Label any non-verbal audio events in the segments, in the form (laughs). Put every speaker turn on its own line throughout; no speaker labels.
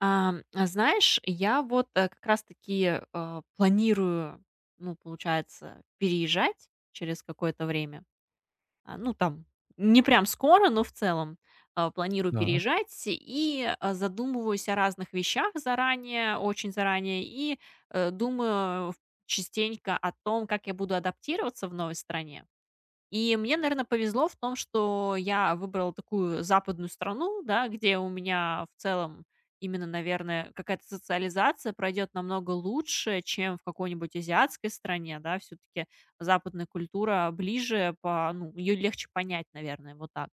А знаешь, я вот, как раз таки, планирую, ну, получается, переезжать через какое-то время. Ну, там, не прям скоро, но в целом, планирую
Так,
переезжать и задумываюсь о разных вещах заранее, очень заранее, и думаю в частенько о том, как я буду адаптироваться в новой стране. И мне, наверное, повезло в том, что я выбрала такую западную страну, да, где у меня в целом именно, наверное, какая-то социализация пройдет намного лучше, чем в какой-нибудь азиатской стране, да. все таки западная культура ближе по ну, её легче понять, наверное, вот так.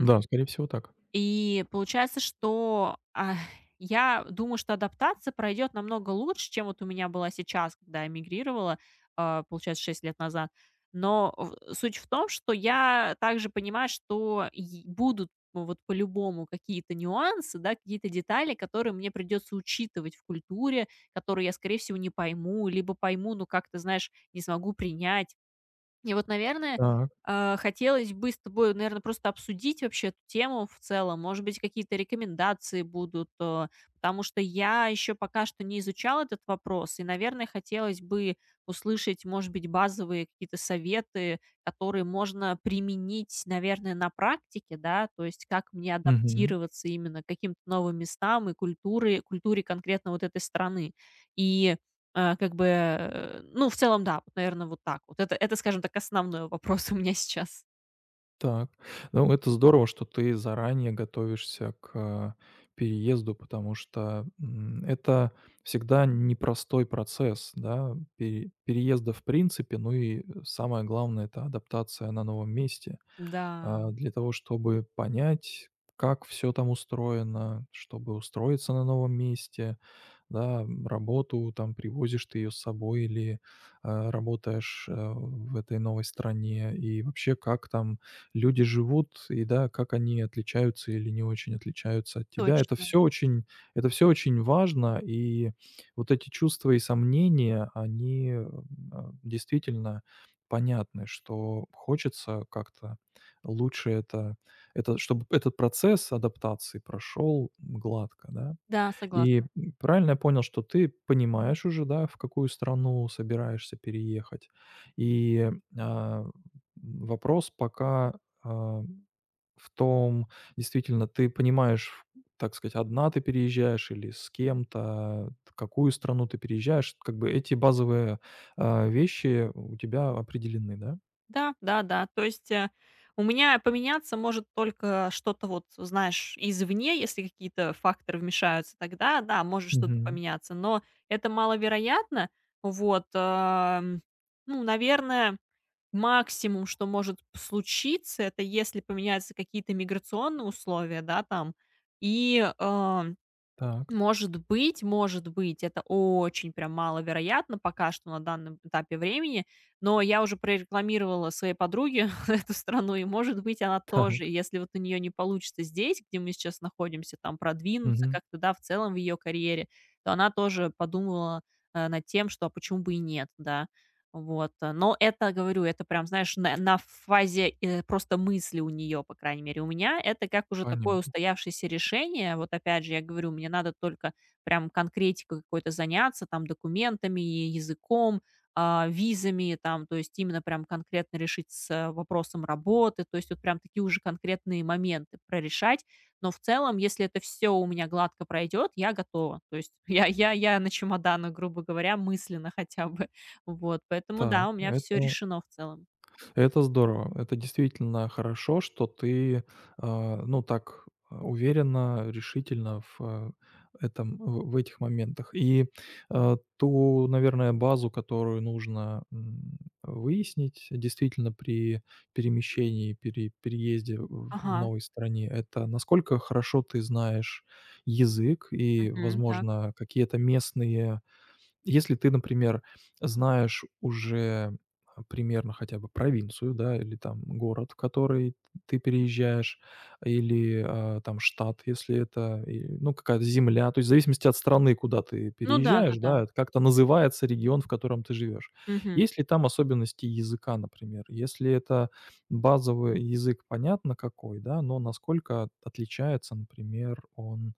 да, скорее всего, так.
И получается, что, я думаю, что адаптация пройдет намного лучше, чем вот у меня была сейчас, когда я мигрировала, получается, 6 лет назад. Но в суть в том, что я также понимаю, что и будут, ну, вот, по-любому, какие-то нюансы, да, какие-то детали, которые мне придется учитывать в культуре, которые я, скорее всего, не пойму, либо пойму, но как-то, знаешь, не смогу принять. И вот, наверное,
Так,
хотелось бы с тобой, наверное, просто обсудить вообще эту тему в целом. Может быть, какие-то рекомендации будут, потому что я еще пока что не изучала этот вопрос, и, наверное, хотелось бы услышать, может быть, базовые какие-то советы, которые можно применить, наверное, на практике, да, то есть как мне
мгм,
адаптироваться именно к каким-то новым местам и культуре, культуре конкретно вот этой страны. И как бы, ну, в целом, да, вот, наверно, вот так вот. Это, скажем так, основной вопрос у меня (laughs) сейчас.
так. Ну, это здорово, что ты заранее готовишься к переезду, потому что, это всегда непростой процесс, да, переезда в принципе, ну и самое главное — это адаптация на новом месте.
Да,
Для того, чтобы понять, как все там устроено, чтобы устроиться на новом месте, да, работу, там, привозишь ты ее с собой или, работаешь, в этой новой стране, и вообще, как там люди живут, и, да, как они отличаются или не очень отличаются от тебя. Это
точно.
все очень это все очень важно, и вот эти чувства и сомнения, они, действительно понятны, что хочется как-то лучше это, чтобы этот процесс адаптации прошел гладко, да?
Да,
И
согласна.
правильно я понял, что ты понимаешь уже, да, в какую страну собираешься переехать? И, а, Вопрос пока, а, в том, действительно, ты понимаешь, ф так сказать, одна ты переезжаешь или с кем-то, т какую страну ты переезжаешь? Как бы эти базовые, вещи у тебя определены, да?
Да, да-да. То есть, у меня поменяться может только что-то вот, знаешь, извне, если какие-то факторы вмешаются, тогда, да, может что-то
Мгм.
поменяться, но это маловероятно. Вот, ну, наверное, максимум, что может случиться, это если поменяются какие-то миграционные условия, да, там. И,
Так,
может быть, это очень прям маловероятно пока что на данном этапе времени, но я уже прорекламировала своей подруге (laughs) эту страну, и, может быть, она
так.
тоже, если вот у нее не получится здесь, где мы сейчас находимся, там продвинуться
Мгм.
как-то, да, в целом в ее карьере, то она тоже подумала, над тем, что а почему бы и нет, да. Вот, но это, говорю, это прям, знаешь, на фазе, просто мысли у нее, по крайней мере. У меня это как уже такое
Понятно.
устоявшееся решение. Вот опять же, я говорю, мне надо только прям конкретикой какой-то заняться, там, документами, языком, визами, там, то есть именно прям конкретно решить с вопросом работы. То есть вот прям такие уже конкретные моменты прорешать. Но в целом, если это все у меня гладко пройдет, я готова. То есть (laughs) я на чемоданах, грубо говоря, мысленно хотя бы. Вот, поэтому
Так.
да, у меня все
это
решено в целом.
Это здорово. Это действительно хорошо, что ты, ну, так, уверенно, решительно в, этом, в этих моментах. И, ту, наверное, базу, которую нужно, выяснить действительно при перемещении, переезде в
Ага.
новой стране — это насколько хорошо ты знаешь язык и,
Мгм. Так.
возможно, какие-то местные если ты, например, знаешь уже, примерно хотя бы провинцию, да, или там город, в который ты переезжаешь, или, там штат, если это, и, ну, какая-то земля. То есть в зависимости от страны, куда ты
Ну
переезжаешь,
да-да-да.
да, это как-то называется регион, в котором ты живешь.
Мгм.
Есть ли там особенности языка, например? Если это базовый язык, понятно какой, да, но насколько отличается, например, он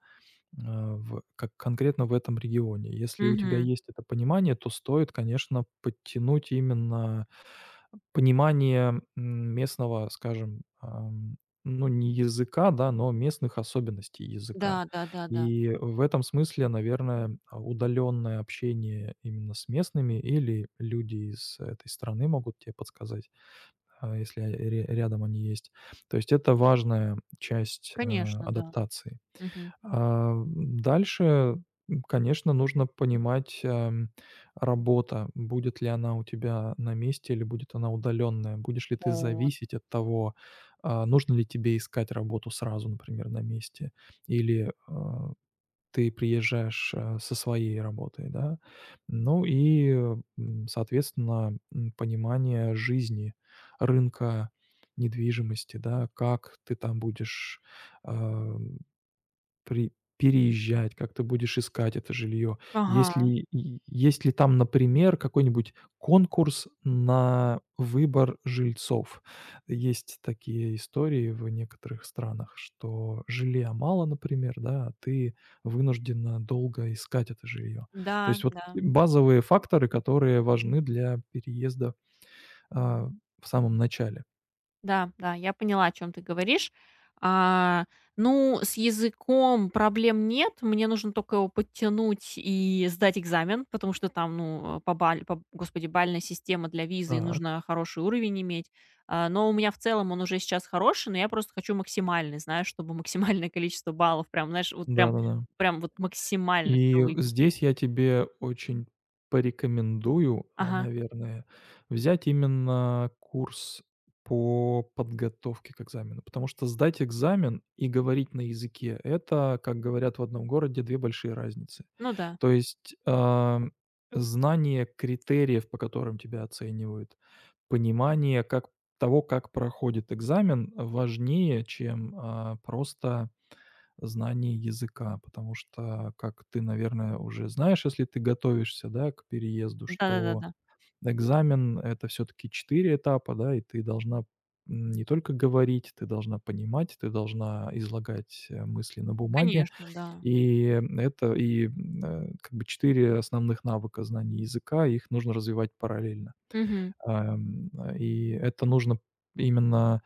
а, в как конкретно в этом регионе. Если у тебя
Мгм.
есть это понимание, то стоит, конечно, подтянуть именно понимание, местного, скажем, ну, не языка, да, но местных особенностей языка.
Да-да-да-да.
И в этом смысле, наверное, удаленное общение именно с местными или люди из этой страны могут тебе подсказать, если ря рядом они есть. То есть это важная часть,
Конечно, да.
адаптации.
Мгм.
А, дальше, конечно, нужно понимать, работа, будет ли она у тебя на месте или будет она удаленная, будешь ли ты
Вот.
зависеть от того, нужно ли тебе искать работу сразу, например, на месте, или, ты приезжаешь, со своей работой, да. Ну и, соответственно, понимание жизни, рынка недвижимости, да, как ты там будешь, а при переезжать, как ты будешь искать это жилье? Есть
Ага.
ли и есть ли там, например, какой-нибудь конкурс на выбор жильцов? Есть такие истории в некоторых странах, что жилья мало, например, да, а ты вынуждена долго искать это жилье. То
Да,
есть вот
да.
базовые факторы, которые важны для переезда, а, в самом начале.
Да, да, я поняла, о чем ты говоришь. А, ну, с языком проблем нет. Мне нужно только его подтянуть и сдать экзамен, потому что там, ну, по, господи, бальная система для визы, и
Так,
нужно хороший уровень иметь. Но у меня в целом он уже сейчас хороший, но я просто хочу максимальный, знаешь, чтобы максимальное количество баллов. Прям, знаешь, вот прям
да-да-да.
прям вот максимально всё
И
выбить.
здесь я тебе очень порекомендую,
Ага.
наверное, взять именно курс по подготовке к экзамену. Потому что сдать экзамен и говорить на языке — это, как говорят в одном городе, 2 большие разницы.
Ну да.
То есть, знание критериев, по которым тебя оценивают, понимание как того, как проходит экзамен, важнее, чем, просто знании языка, потому что, как ты, наверное, уже знаешь, если ты готовишься, да, к переезду, что
Да-да-да-да.
экзамен — это все таки 4 этапа, да, и ты должна, не только говорить, ты должна понимать, ты должна излагать, мысли на бумаге.
Конечно, да.
И и как бы 4 основных навыка знания языка, их нужно развивать параллельно.
Мгм.
И это нужно именно,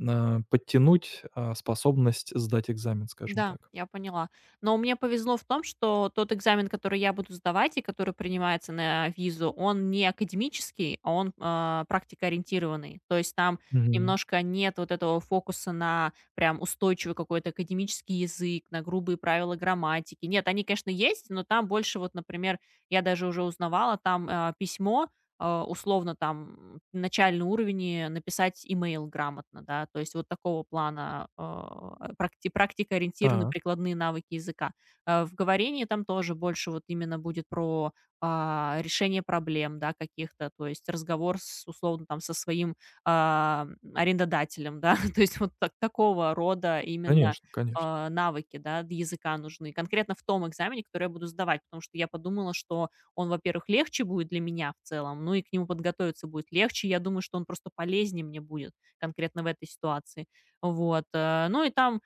подтянуть, способность сдать экзамен, скажем
Да,
так.
я поняла. Но мне повезло в том, что тот экзамен, который я буду сдавать и который принимается на визу, он не академический, а он, практикоориентированный. То есть там
Мгм.
немножко нет вот этого фокуса на прям устойчивый какой-то академический язык, на грубые правила грамматики. Нет, они, конечно, есть, но там больше вот, например, я даже уже узнавала, там, письмо, условно там начальный уровень и написать имейл грамотно, да, то есть вот такого плана, практикоориентированные
Так,
прикладные навыки языка. В говорении там тоже больше вот именно будет про, решение проблем, да, каких-то, то есть разговор с, условно там, со своим а, арендодателем, да, (laughs) то есть вот такого рода именно,
конечно, конечно.
навыки, да, языка нужны. Конкретно в том экзамене, который я буду сдавать, потому что я подумала, что он, во-первых, легче будет для меня в целом, ну и к нему подготовиться будет легче. Я думаю, что он просто полезнее мне будет конкретно в этой ситуации. Вот. Ну и там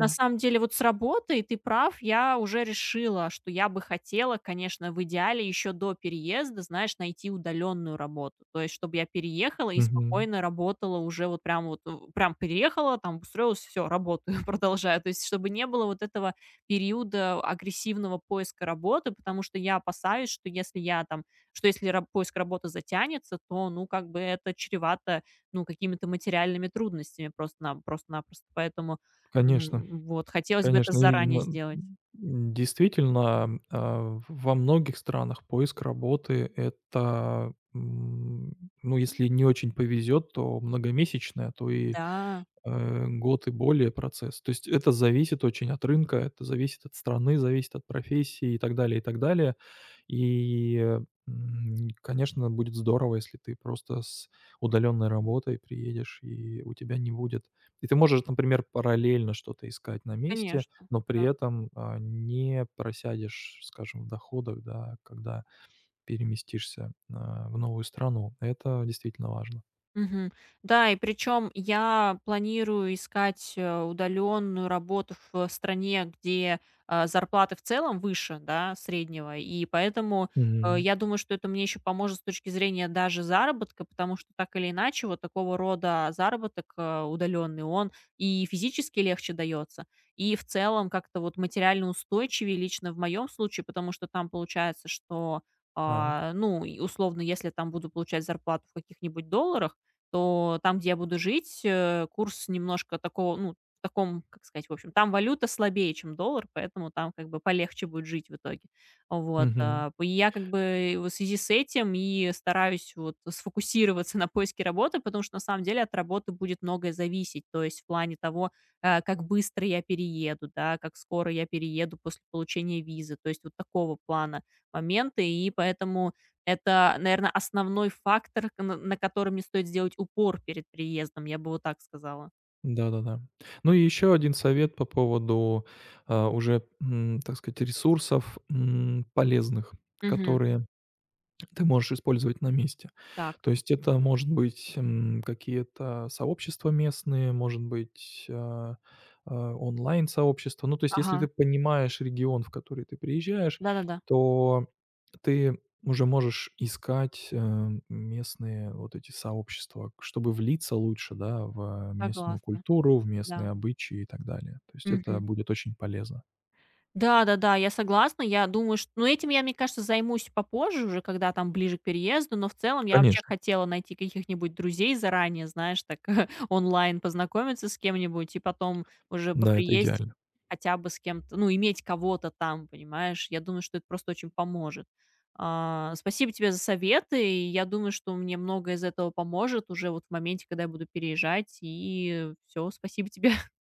на самом деле, вот с работой, ты прав, я уже решила, что я бы хотела, конечно, в идеале еще до переезда, знаешь, найти удаленную работу. То есть, чтобы я переехала и
Мгм.
спокойно работала уже вот прям вот, прям переехала, там устроилась, все, работаю, (laughs) продолжаю. То есть, чтобы не было вот этого периода агрессивного поиска работы, потому что я опасаюсь, что если поиск работы затянется, то, ну, как бы это чревато, ну, какими-то материальными трудностями просто-напросто. Поэтому
Конечно,
Вот, хотелось бы это
конечно. И
заранее сделать.
действительно, во многих странах поиск работы — это, ну, если не очень повезет, то многомесячная, а то и
Да,
Год и более процесс. То есть это зависит очень от рынка, это зависит от страны, зависит от профессии и так далее, и так далее. И конечно, будет здорово, если ты просто с удаленной работой приедешь, и у тебя не будет. И ты можешь, например, параллельно что-то искать на месте,
конечно,
но при
да.
этом, не просядешь, скажем, в доходах, да, когда переместишься, в новую страну. Это действительно важно.
Мгм. Да, и причем я планирую искать, удаленную работу в стране, где, зарплаты в целом выше, да, среднего. И поэтому,
Мгм.
я думаю, что это мне еще поможет с точки зрения даже заработка, потому что так или иначе вот такого рода заработок, удаленный, он и физически легче дается, и в целом как-то вот материально устойчивее лично в моем случае, потому что там получается, что,
Так.
ну, и условно, если я там буду получать зарплату в каких-нибудь долларах, то там, где я буду жить, курс немножко такого, ну, в таком, как сказать, в общем, там валюта слабее, чем доллар, поэтому там как бы полегче будет жить в итоге. Вот. Я как бы в связи с этим и стараюсь вот сфокусироваться (laughs) на поиске работы, потому что на самом деле от работы будет многое зависеть, то есть в плане того, как быстро я перееду, да, как скоро я перееду после получения визы, то есть вот такого плана моменты, и поэтому это, наверное, основной фактор, к на котором не стоит сделать упор перед приездом, я бы вот так сказала.
Да-да-да. Ну и еще один совет по поводу, уже, так сказать, ресурсов, полезных,
Мгм.
которые ты можешь использовать на месте.
Так.
То есть это, может быть, какие-то сообщества местные, может быть, онлайн-сообщества. Ну, то есть если
Ага.
ты понимаешь регион, в который ты приезжаешь,
Да-да-да.
то ты уже можешь искать, местные вот эти сообщества, чтобы влиться лучше, да, в местную
Согласна.
культуру, в местные
Да.
обычаи и так далее. То есть это
Мгм.
будет очень полезно.
Да-да-да, я согласна. Я думаю, что, ну, этим я, мне кажется, займусь попозже уже, когда там ближе к переезду, но в целом я вообще
Конечно,
хотела найти каких-нибудь друзей заранее, знаешь, так (laughs) онлайн познакомиться с кем-нибудь и потом уже по
да, это
приезде
идеально.
хотя бы с кем-то, ну, иметь кого-то там, понимаешь? Я думаю, что это просто очень поможет. Спасибо тебе за советы, и я думаю, что мне многое из этого поможет уже вот в моменте, когда я буду переезжать, и все, спасибо тебе